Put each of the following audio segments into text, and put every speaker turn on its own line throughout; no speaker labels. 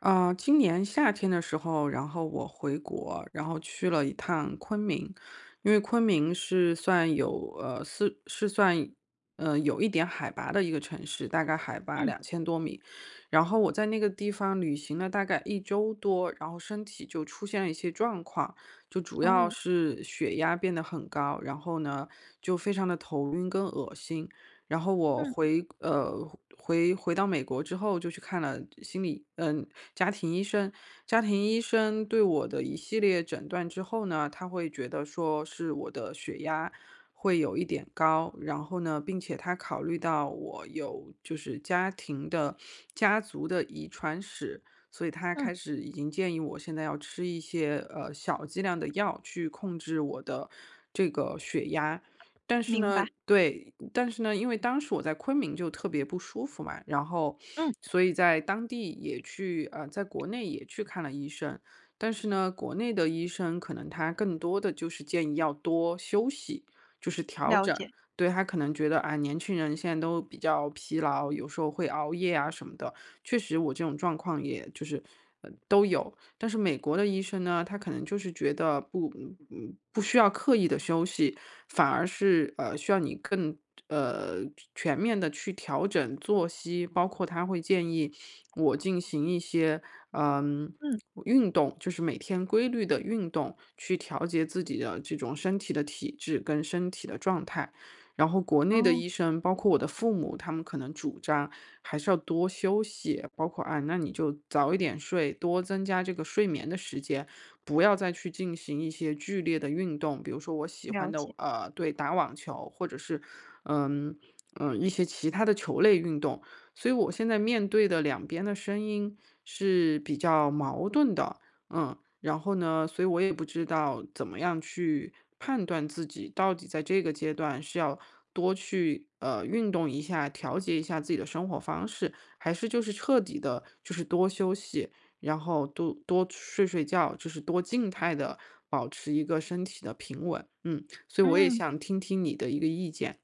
啊，今年夏天的时候，然后我回国，然后去了一趟昆明。因为昆明是算有是算有一点海拔的一个城市，大概海拔
嗯，
2000多米。然后我在那个地方旅行了大概一周多，然后身体就出现了一些状况，就主要
哦，
是血压变得很高，然后呢就非常的头晕跟恶心。然后我
嗯
回到美国之后，就去看了心理，家庭医生家庭医生对我的一系列诊断之后呢，他会觉得说是我的血压会有一点高，然后呢，并且他考虑到我有就是家庭的家族的遗传史，所以他
嗯，
开始已经建议我现在要吃一些小剂量的药去控制我的这个血压。但是
明白，
呢，对，但是呢，因为当时我在昆明就特别不舒服嘛，然后
嗯，
所以在当地也去在国内也去看了医生。但是呢，国内的医生可能他更多的就是建议要多休息，就是调
了
整。
解，
对，他可能觉得啊，年轻人现在都比较疲劳，有时候会熬夜啊什么的。确实，我这种状况也就是都有。但是美国的医生呢，他可能就是觉得不需要刻意的休息，反而是，需要你更呃，全面的去调整作息，包括他会建议我进行一些，嗯，
嗯，
运动，就是每天规律的运动，去调节自己的这种身体的体质跟身体的状态。然后国内的
哦，
医生，包括我的父母，他们可能主张还是要多休息，包括啊，那你就早一点睡，多增加这个睡眠的时间，不要再去进行一些剧烈的运动，比如说我喜
了
欢的
解，
对，打网球或者是嗯一些其他的球类运动。所以我现在面对的两边的声音是比较矛盾的。嗯。然后呢，所以我也不知道怎么样去判断自己到底在这个阶段是要多去运动一下，调节一下自己的生活方式，还是就是彻底的，就是多休息，然后多多睡睡觉，就是多静态的保持一个身体的平稳。嗯，所以我也
嗯，
想听听你的一个意见。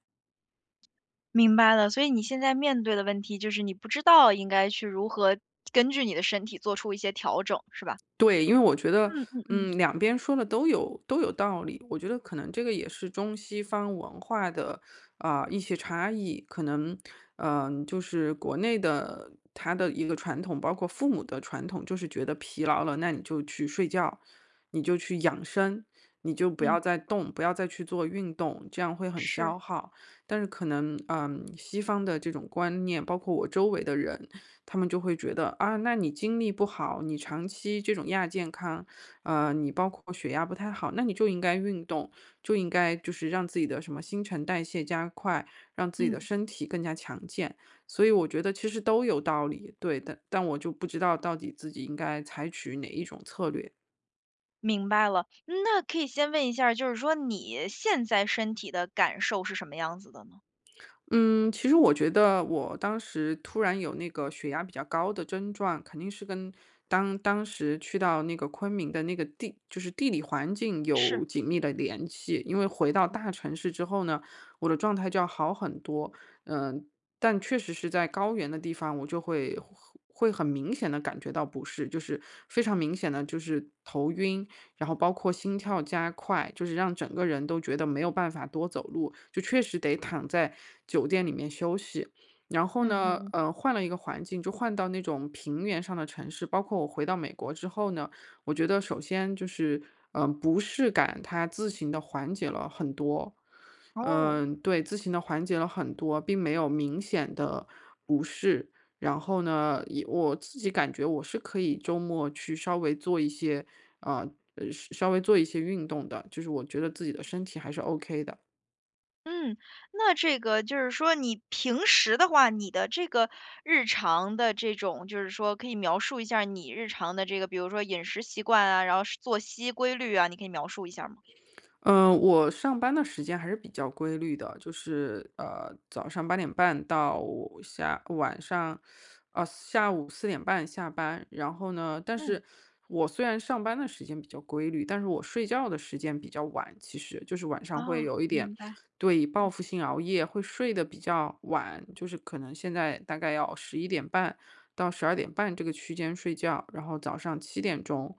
明白了。所以你现在面对的问题就是你不知道应该去如何根据你的身体做出一些调整，是吧？
对，因为我觉得，
嗯嗯嗯
两边说的都有道理。我觉得可能这个也是中西方文化的一些差异，可能就是国内的他的一个传统，包括父母的传统，就是觉得疲劳了，那你就去睡觉，你就去养生，你就不
嗯，
要再动，不要再去做运动，这样会很
是，
消耗。但是可能西方的这种观念，包括我周围的人，他们就会觉得啊，那你精力不好，你长期这种亚健康，你包括血压不太好，那你就应该运动，就应该就是让自己的什么新陈代谢加快，让自己的
嗯，
身体更加强健。所以我觉得其实都有道理，对，但我就不知道到底自己应该采取哪一种策略。
明白了。嗯那可以先问一下儿就是说你现在身体的感受是什么样子的呢？
嗯，其实我觉得我当时突然有那个血压比较高的症状，肯定是跟当时去到那个昆明的那个地，就是地理环境
是，
有紧密的联系。因为回到大城市之后呢，我的状态就要好很多。嗯、但确实是在高原的地方，我就会很明显的感觉到不适，就是非常明显的，就是头晕，然后包括心跳加快，就是让整个人都觉得没有办法多走路，就确实得躺在酒店里面休息。然后
嗯嗯
呢，
嗯，
换了一个环境，就换到那种平原上的城市。包括我回到美国之后呢，我觉得首先就是，不适感它自行的缓解了很多。
哦。
对，自行的缓解了很多，并没有明显的不适。然后呢，也我自己感觉我是可以周末去稍微做一些，啊，呃，稍微做一些运动的，就是我觉得自己的身体还是 OK 的。
嗯，那这个就是说你平时的话，你的这个日常的这种就是说可以描述一下儿你日常的这个，比如说饮食习惯啊，然后是作息规律啊，你可以描述一下儿吗？
嗯，我上班的时间还是比较规律的，就是早上8:30到下晚上，下午4:30下班。然后呢，但
嗯，
是我虽然上班的时间比较规律，但是我睡觉的时间比较晚，其实就是晚
啊，
上会有一点，
明白，
对，报
嗯。
复性熬夜，会睡得比较晚，就是可能现在大概要11:30到12:30这个区间睡觉，然后早上七点钟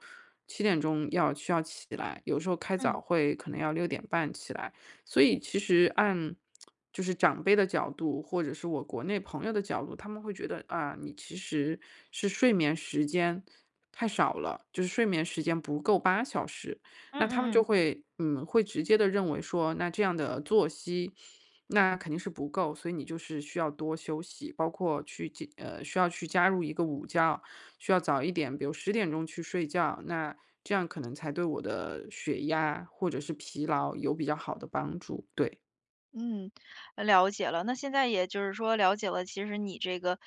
七点钟需要起来，有时候开
嗯，
早会可能要6:30起来。所以其实按就是长辈的角度，或者是我国内朋友的角度，他们会觉得，啊，你其实是睡眠时间太少了，就是睡眠时间不够8小时。
嗯
那他们
嗯
就
嗯。
会会直接的认为说，那这样的作息那肯定是不够，所以你就是需要多休息，包括去需要去加入一个午觉，需要早一点，比如10点钟去睡觉，那这样可能才对我的血压或者是疲劳有比较好的帮助。对。
嗯，了解了。那现在也就是说了解了，其实你这个，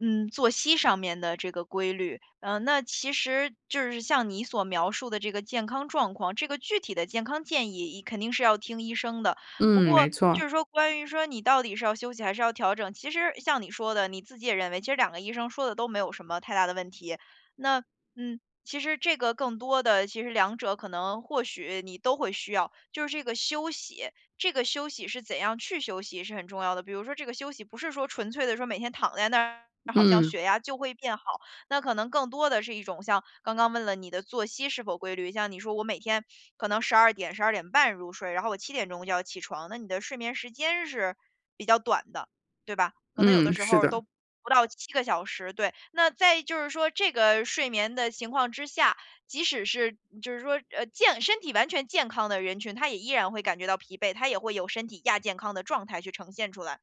嗯，作息上面的这个规律，嗯，那其实就是像你所描述的这个健康状况，这个具体的健康建议肯定是要听医生的。不
嗯，
过
没
就
错。
是说，关于说你到底是要休息还是要调整，其实像你说的，你自己也认为，其实两个医生说的都没有什么太大的问题。那嗯，其实这个更多的，其实两者可能或许你都会需要，就是这个休息，这个休息是怎样去休息是很重要的。比如说这个休息不是说纯粹的说每天躺在那儿，好像
嗯。
血压就会变好，那可能更多的是一种像刚刚问了你的作息是否规律，像你说我每天可能12点、12点半入睡，然后我7点钟就要起床，那你的睡眠时间是比较短的，对吧？可能有的
嗯。
时
是
候都
的。
不到7个小时，对。那在就是说这个睡眠的情况之下，即使是就是说，健身体完全健康的人群，他也依然会感觉到疲惫，他也会有身体亚健康的状态去呈现出来。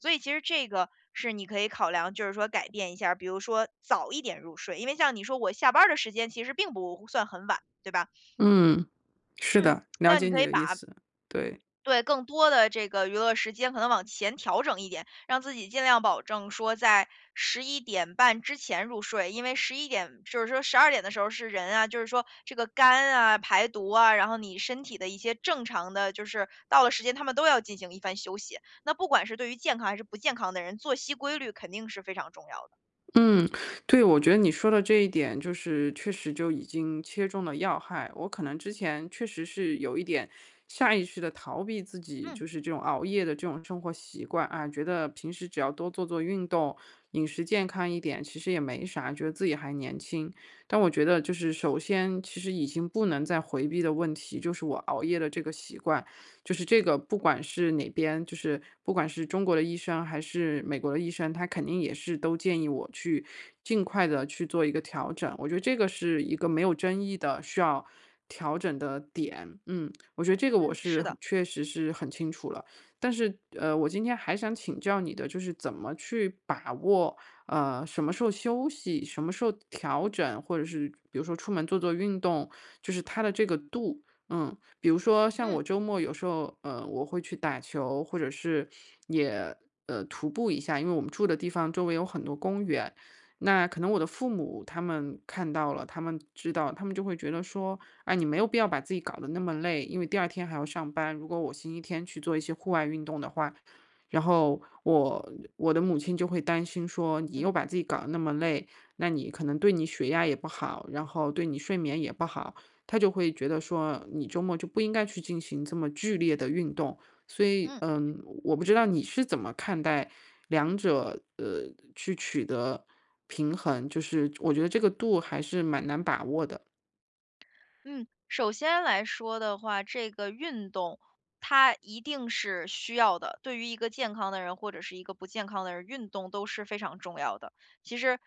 所以其实这个是你可以考量，就是说改变一下儿比如说早一点入睡，因为像你说我下班儿的时间其实并不算很晚，对吧？
嗯，是
嗯，
的，了
那
解
你可
你
以
的意
把
思。对。
对，更多的这个娱乐时间可能往前调整一点，让自己尽量保证说在11点半之前入睡。因为十一点就是说十二点的时候是人啊，就是说这个肝啊、排毒啊，然后你身体的一些正常的就是到了时间，他们都要进行一番休息。那不管是对于健康还是不健康的人，作息规律肯定是非常重要的。
嗯，对，我觉得你说的这一点就是确实就已经切中了要害。我可能之前确实是有一点下意识的逃避自己，
嗯，
就是这种熬夜的这种生活习惯啊，觉得平时只要多做做运动，饮食健康一点，其实也没啥，觉得自己还年轻。但我觉得就是首先，其实已经不能再回避的问题就是我熬夜的这个习惯。就是这个不管是哪边，就是不管是中国的医生还是美国的医生，他肯定也是都建议我去尽快的去做一个调整。我觉得这个是一个没有争议的需要调整的点。嗯，我觉得这个我
嗯，是
是
的，
很确实是很清楚了。但是，我今天还想请教你的就是怎么去把握，什么时候休息，什么时候调整，或者是比如说出门做做运动，就是它的这个度。嗯。比如说像
嗯，
我周末有时候，我会去打球，或者是也徒步一下，因为我们住的地方周围有很多公园。那可能我的父母他们看到了，他们知道，他们就会觉得说，哎，你没有必要把自己搞得那么累，因为第二天还要上班。如果我星期天去做一些户外运动的话，然后我的母亲就会担心说，你又
嗯，
把自己搞得那么累，那你可能对你血压也不好，然后对你睡眠也不好。他就会觉得说，你周末就不应该去进行这么剧烈的运动。所以，
嗯。
嗯，我不知道你是怎么看待两者，去取得平衡，就是我觉得这个度还是蛮难把握的。
嗯，首先来说的话，这个运动它一定是需要的，对于一个健康的人或者是一个不健康的人，运动都是非常重要的。其实，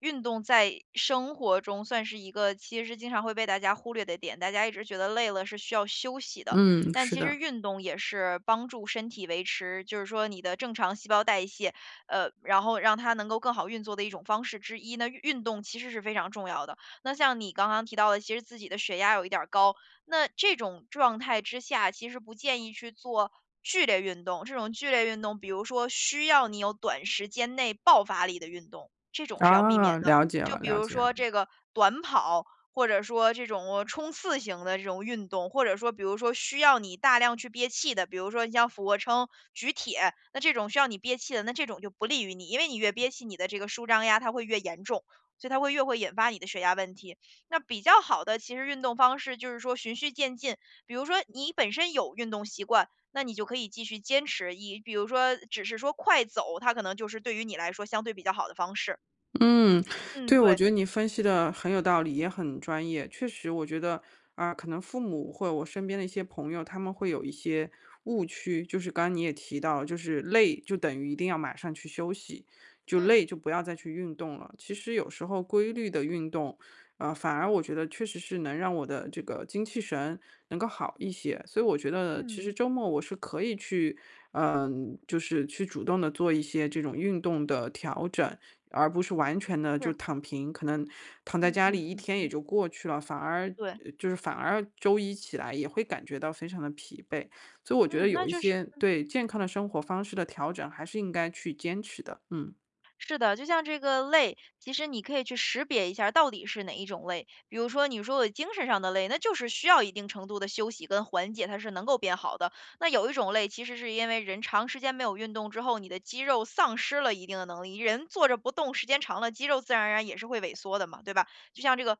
运动在生活中算是一个其实经常会被大家忽略的点，大家一直觉得累了是需要休息的，
嗯，
但
是
其实
的。
运动也是帮助身体维持，就是说你的正常细胞代谢，然后让它能够更好运作的一种方式之一那运动其实是非常重要的。那像你刚刚提到的，其实自己的血压有一点儿高，那这种状态之下，其实不建议去做剧烈运动。这种剧烈运动，比如说需要你有短时间内爆发力的运动，这种是要避免
啊，
的。
了解
就
了，
比
了
如
解
说
了。
这个短跑，或者说这种冲刺型的这种运动，或者说比如说需要你大量去憋气的，比如说你像俯卧撑、举铁，那这种需要你憋气的，那这种就不利于你，因为你越憋气，你的这个舒张压它会越严重。所以它会越会引发你的血压问题。那比较好的其实运动方式就是说循序渐进，比如说你本身有运动习惯，那你就可以继续坚持。以比如说只是说快走，它可能就是对于你来说相对比较好的方式。
嗯，
嗯，
对，我
对，
觉得你分析的很有道理，也很专业。确实，我觉得啊，可能父母或者我身边的一些朋友，他们会有一些误区，就是刚刚你也提到了就是累就等于一定要马上去休息，就
嗯
累就不要再去运动了。其实有时候规律的运动，反而我觉得确实是能让我的这个精气神能够好一些。所以我觉得其
嗯，
实周末我是可以去，就是去主动的做一些这种运动的调整。而不是完全的就
是，
躺平，可能躺在
嗯
家
嗯
里一
嗯
天也
嗯。
就过去了，反而
对，
呃就是反而周一起来也会感觉到非常的疲惫。所以我觉得
嗯，那
有一
就是
些对健康的生活方式的调整还是应该去坚持的。嗯。
是的，就像这个累，其实你可以去识别一下到底是哪一种累。比如说，你说我精神上的累，那就是需要一定程度的休息跟缓解，它是能够变好的。那有一种累，其实是因为人长时间没有运动之后，你的肌肉丧失了一定的能力，人坐着不动时间长了，肌肉自然而然也是会萎缩的嘛，对吧？就像这个，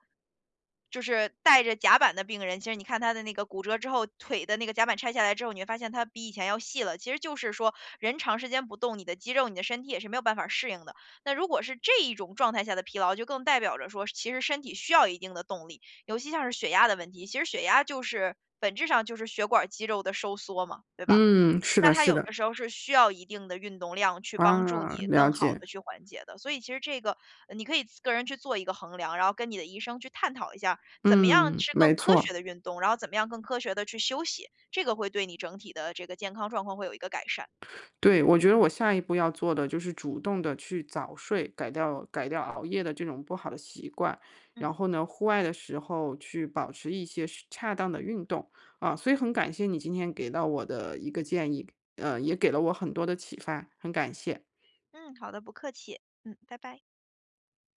就是带着夹板的病人，其实你看他的那个骨折之后，腿的那个夹板拆下来之后，你会发现他比以前要细了。其实就是说，人长时间不动，你的肌肉、你的身体也是没有办法适应的。那如果是这一种状态下的疲劳，就更代表着说，其实身体需要一定的动力，尤其像是血压的问题，其实血压就是本质上就是血管肌肉的收缩嘛，对吧？
嗯，是
那
的
它
是
有
的。
的时候是需要一定的运动量去帮助
啊，
你
了
更好
解。
的去缓解的。所以其实这个，你可以个人去做一个衡量，然后跟你的医生去探讨一下，怎么样
嗯，
是
没
更科
错。
学的运动，然后怎么样更科学的去休息，这个会对你整体的这个健康状况会有一个改善。
对，我觉得
嗯，
我下一步要做的就是主动的去早睡，改掉熬夜的这种不好的习惯。
嗯，
然后呢，户外的时候去保持一些恰当的运动。所以很感谢你今天给到我的一个建议，也给了我很多的启发，很感谢。
嗯，好的，不客气，嗯，拜拜。